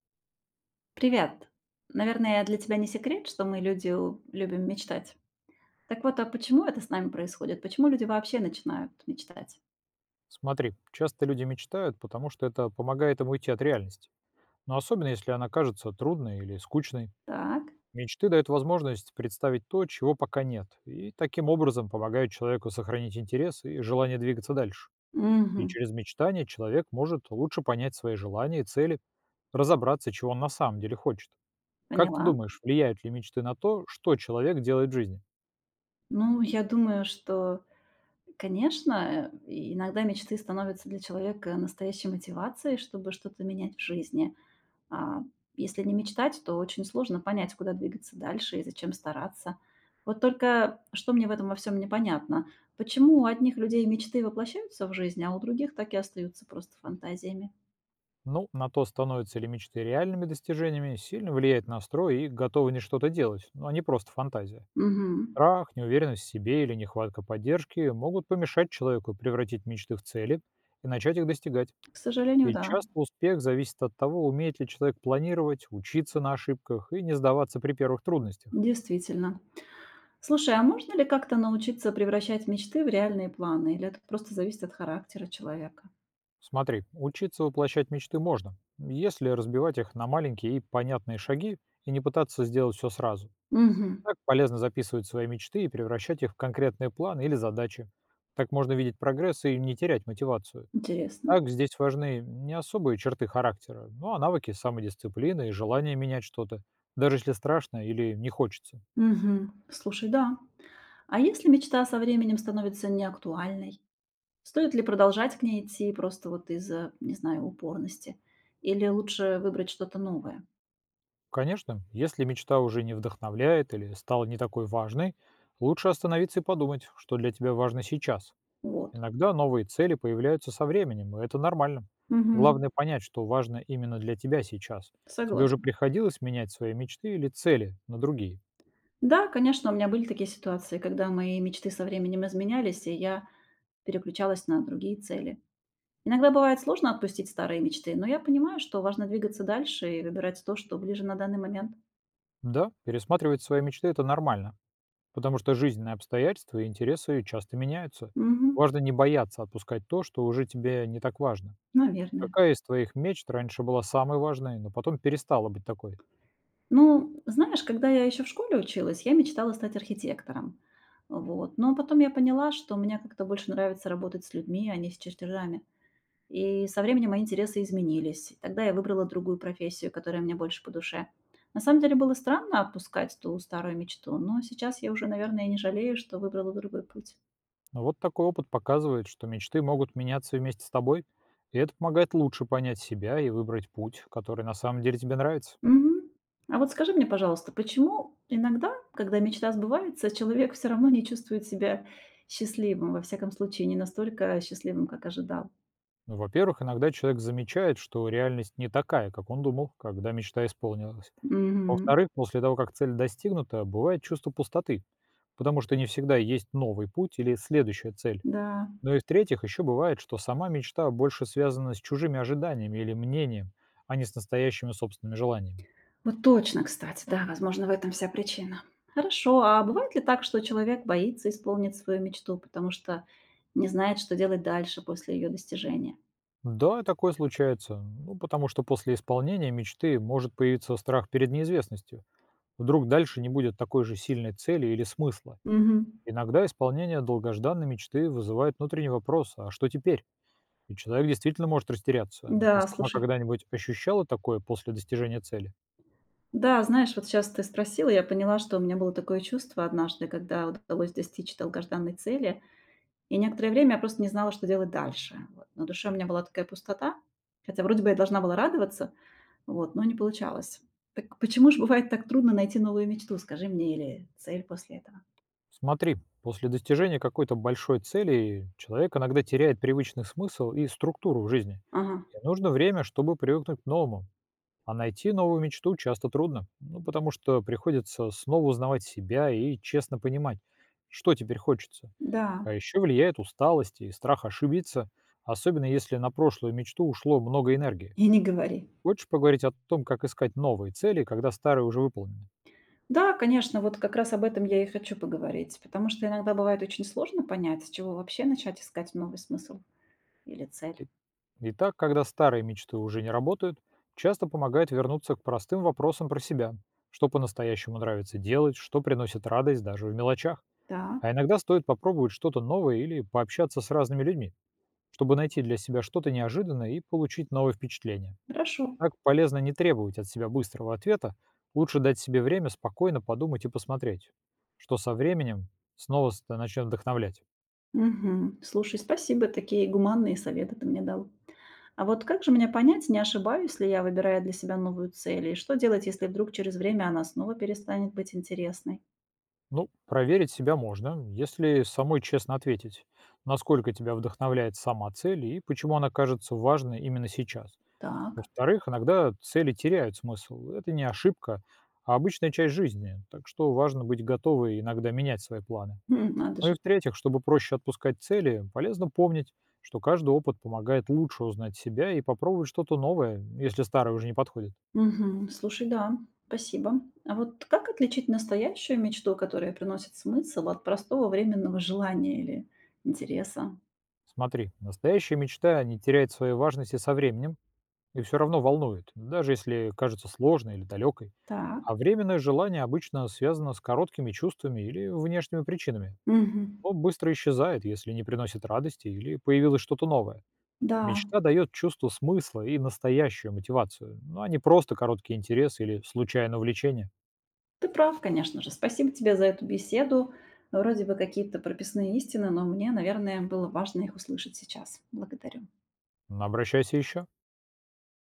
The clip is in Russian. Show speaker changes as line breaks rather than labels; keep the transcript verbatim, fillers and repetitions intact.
Привет. Наверное, для тебя не секрет, что мы люди у- любим мечтать. Так вот, а почему это с нами происходит? Почему люди вообще начинают мечтать?
Смотри, часто люди мечтают, потому что это помогает им уйти от реальности. Но особенно, если она кажется трудной или скучной.
Так.
Мечты дают возможность представить то, чего пока нет, и таким образом помогают человеку сохранить интерес и желание двигаться дальше.
Мгм.
И через мечтание человек может лучше понять свои желания и цели, разобраться, чего он на самом деле хочет. Как ты
Поняла.
думаешь, влияют ли мечты на то, что человек делает в жизни?
Ну, я думаю, что, конечно, иногда мечты становятся для человека настоящей мотивацией, чтобы что-то менять в жизни. А, если не мечтать, то очень сложно понять, куда двигаться дальше и зачем стараться. Вот только что мне в этом во всем непонятно? Почему у одних людей мечты воплощаются в жизнь, а у других так и остаются просто фантазиями?
Ну, на то, становятся ли мечты реальными достижениями, сильно влияет настрой и готовы не что-то делать, ну, а не просто фантазия.
Мгм.
Страх, неуверенность в себе или нехватка поддержки могут помешать человеку превратить мечты в цели и начать их достигать.
К сожалению,
И
да,
часто успех зависит от того, умеет ли человек планировать, учиться на ошибках и не сдаваться при первых трудностях.
действительно. Слушай, а можно ли как-то научиться превращать мечты в реальные планы? Или это просто зависит от характера человека?
Смотри, учиться воплощать мечты можно, если разбивать их на маленькие и понятные шаги и не пытаться сделать все сразу.
Мгм.
Так полезно записывать свои мечты и превращать их в конкретные планы или задачи. Так можно видеть прогресс и не терять мотивацию.
Интересно.
Так здесь важны не особые черты характера, ну а навыки самодисциплины и желание менять что-то, даже если страшно или не хочется.
Мгм. Слушай, да. А если мечта со временем становится неактуальной? Стоит ли продолжать к ней идти просто вот из-за, не знаю, упорности? Или лучше выбрать что-то новое?
Конечно, если мечта уже не вдохновляет или стала не такой важной, лучше остановиться и подумать, что для тебя важно сейчас.
Вот.
Иногда новые цели появляются со временем, и это нормально.
Мгм.
Главное понять, что важно именно для тебя сейчас. Тебе уже
Согласна.
приходилось менять свои мечты или цели на другие?
Да, конечно, у меня были такие ситуации, когда мои мечты со временем изменялись, и я переключалась на другие цели. Иногда бывает сложно отпустить старые мечты, но я понимаю, что важно двигаться дальше и выбирать то, что ближе на данный момент.
Да, пересматривать свои мечты – это нормально, потому что жизненные обстоятельства и интересы часто меняются.
Мгм.
Важно не бояться отпускать то, что уже тебе не так важно.
Наверное.
Какая из твоих мечт раньше была самой важной, но потом перестала быть такой?
Ну, знаешь, когда я еще в школе училась, я мечтала стать архитектором. Вот. Но потом я поняла, что мне как-то больше нравится работать с людьми, а не с чертежами. И со временем мои интересы изменились. Тогда я выбрала другую профессию, которая мне больше по душе. На самом деле было странно отпускать ту старую мечту, но сейчас я уже, наверное, не жалею, что выбрала другой путь.
Но вот такой опыт показывает, что мечты могут меняться вместе с тобой, и это помогает лучше понять себя и выбрать путь, который на самом деле тебе нравится.
Мгм. А вот скажи мне, пожалуйста, почему иногда, когда мечта сбывается, человек все равно не чувствует себя счастливым, во всяком случае, не настолько счастливым, как ожидал?
Ну, во-первых, иногда человек замечает, что реальность не такая, как он думал, когда мечта исполнилась.
Мгм.
Во-вторых, после того, как цель достигнута, бывает чувство пустоты, потому что не всегда есть новый путь или следующая цель.
Да.
Ну и в-третьих, еще бывает, что сама мечта больше связана с чужими ожиданиями или мнением, а не с настоящими собственными желаниями.
Вот точно, кстати, да, возможно, в этом вся причина. Хорошо, а бывает ли так, что человек боится исполнить свою мечту, потому что не знает, что делать дальше после ее достижения?
Да, такое случается. Ну, потому что после исполнения мечты может появиться страх перед неизвестностью. Вдруг дальше не будет такой же сильной цели или смысла.
Мгм.
Иногда исполнение долгожданной мечты вызывает внутренний вопрос «а что теперь?». И человек действительно может растеряться. Ты
Да,
сама
слушай.
когда-нибудь ощущала такое после достижения цели?
Да, знаешь, вот сейчас ты спросила, я поняла, что у меня было такое чувство однажды, когда удалось достичь долгожданной цели. И некоторое время я просто не знала, что делать дальше. Вот. На душе у меня была такая пустота, хотя вроде бы я должна была радоваться, вот, но не получалось. Так почему же бывает так трудно найти новую мечту, скажи мне, или цель после этого?
Смотри, после достижения какой-то большой цели человек иногда теряет привычный смысл и структуру в жизни.
Ага,
И нужно время, чтобы привыкнуть к новому. А найти новую мечту часто трудно, ну, потому что приходится снова узнавать себя и честно понимать, что теперь хочется.
да,
А еще влияет усталость и страх ошибиться, особенно если на прошлую мечту ушло много энергии.
и не говори.
Хочешь поговорить о том, как искать новые цели, когда старые уже выполнены?
Да, конечно, вот как раз об этом я и хочу поговорить, потому что иногда бывает очень сложно понять, с чего вообще начать искать новый смысл или цель.
И- Итак, когда старые мечты уже не работают, часто помогает вернуться к простым вопросам про себя. Что по-настоящему нравится делать, что приносит радость даже в мелочах. А
Так,
иногда стоит попробовать что-то новое или пообщаться с разными людьми, чтобы найти для себя что-то неожиданное и получить новые впечатления.
хорошо.
Так полезно не требовать от себя быстрого ответа, лучше дать себе время спокойно подумать и посмотреть, что со временем снова ст- начнет вдохновлять.
Мгм. Слушай, спасибо, такие гуманные советы ты мне дал. А вот как же мне понять, не ошибаюсь ли я, выбирая для себя новую цель? И что делать, если вдруг через время она снова перестанет быть интересной?
Ну, проверить себя можно, если самой честно ответить, насколько тебя вдохновляет сама цель и почему она кажется важной именно сейчас.
Так,
Во-вторых, иногда цели теряют смысл. Это не ошибка, а обычная часть жизни, так что важно быть готовой иногда менять свои планы.
м, надо
Ну и
же.
в-третьих, чтобы проще отпускать цели, полезно помнить, что каждый опыт помогает лучше узнать себя и попробовать что-то новое, если старое уже не подходит.
Мгм. Слушай, да, спасибо. А вот как отличить настоящую мечту, которая приносит смысл, от простого временного желания или интереса?
Смотри, настоящая мечта не теряет своей важности со временем и все равно волнует, даже если кажется сложной или далекой.
Так,
А временное желание обычно связано с короткими чувствами или внешними причинами.
мгм,
То быстро исчезает, если не приносит радости или появилось что-то новое.
да,
Мечта дает чувство смысла и настоящую мотивацию, ну, а не просто короткий интерес или случайное увлечение.
ты прав, конечно же. Спасибо тебе за эту беседу. Вроде бы какие-то прописные истины, но мне, наверное, было важно их услышать сейчас. Благодарю.
Обращайся еще.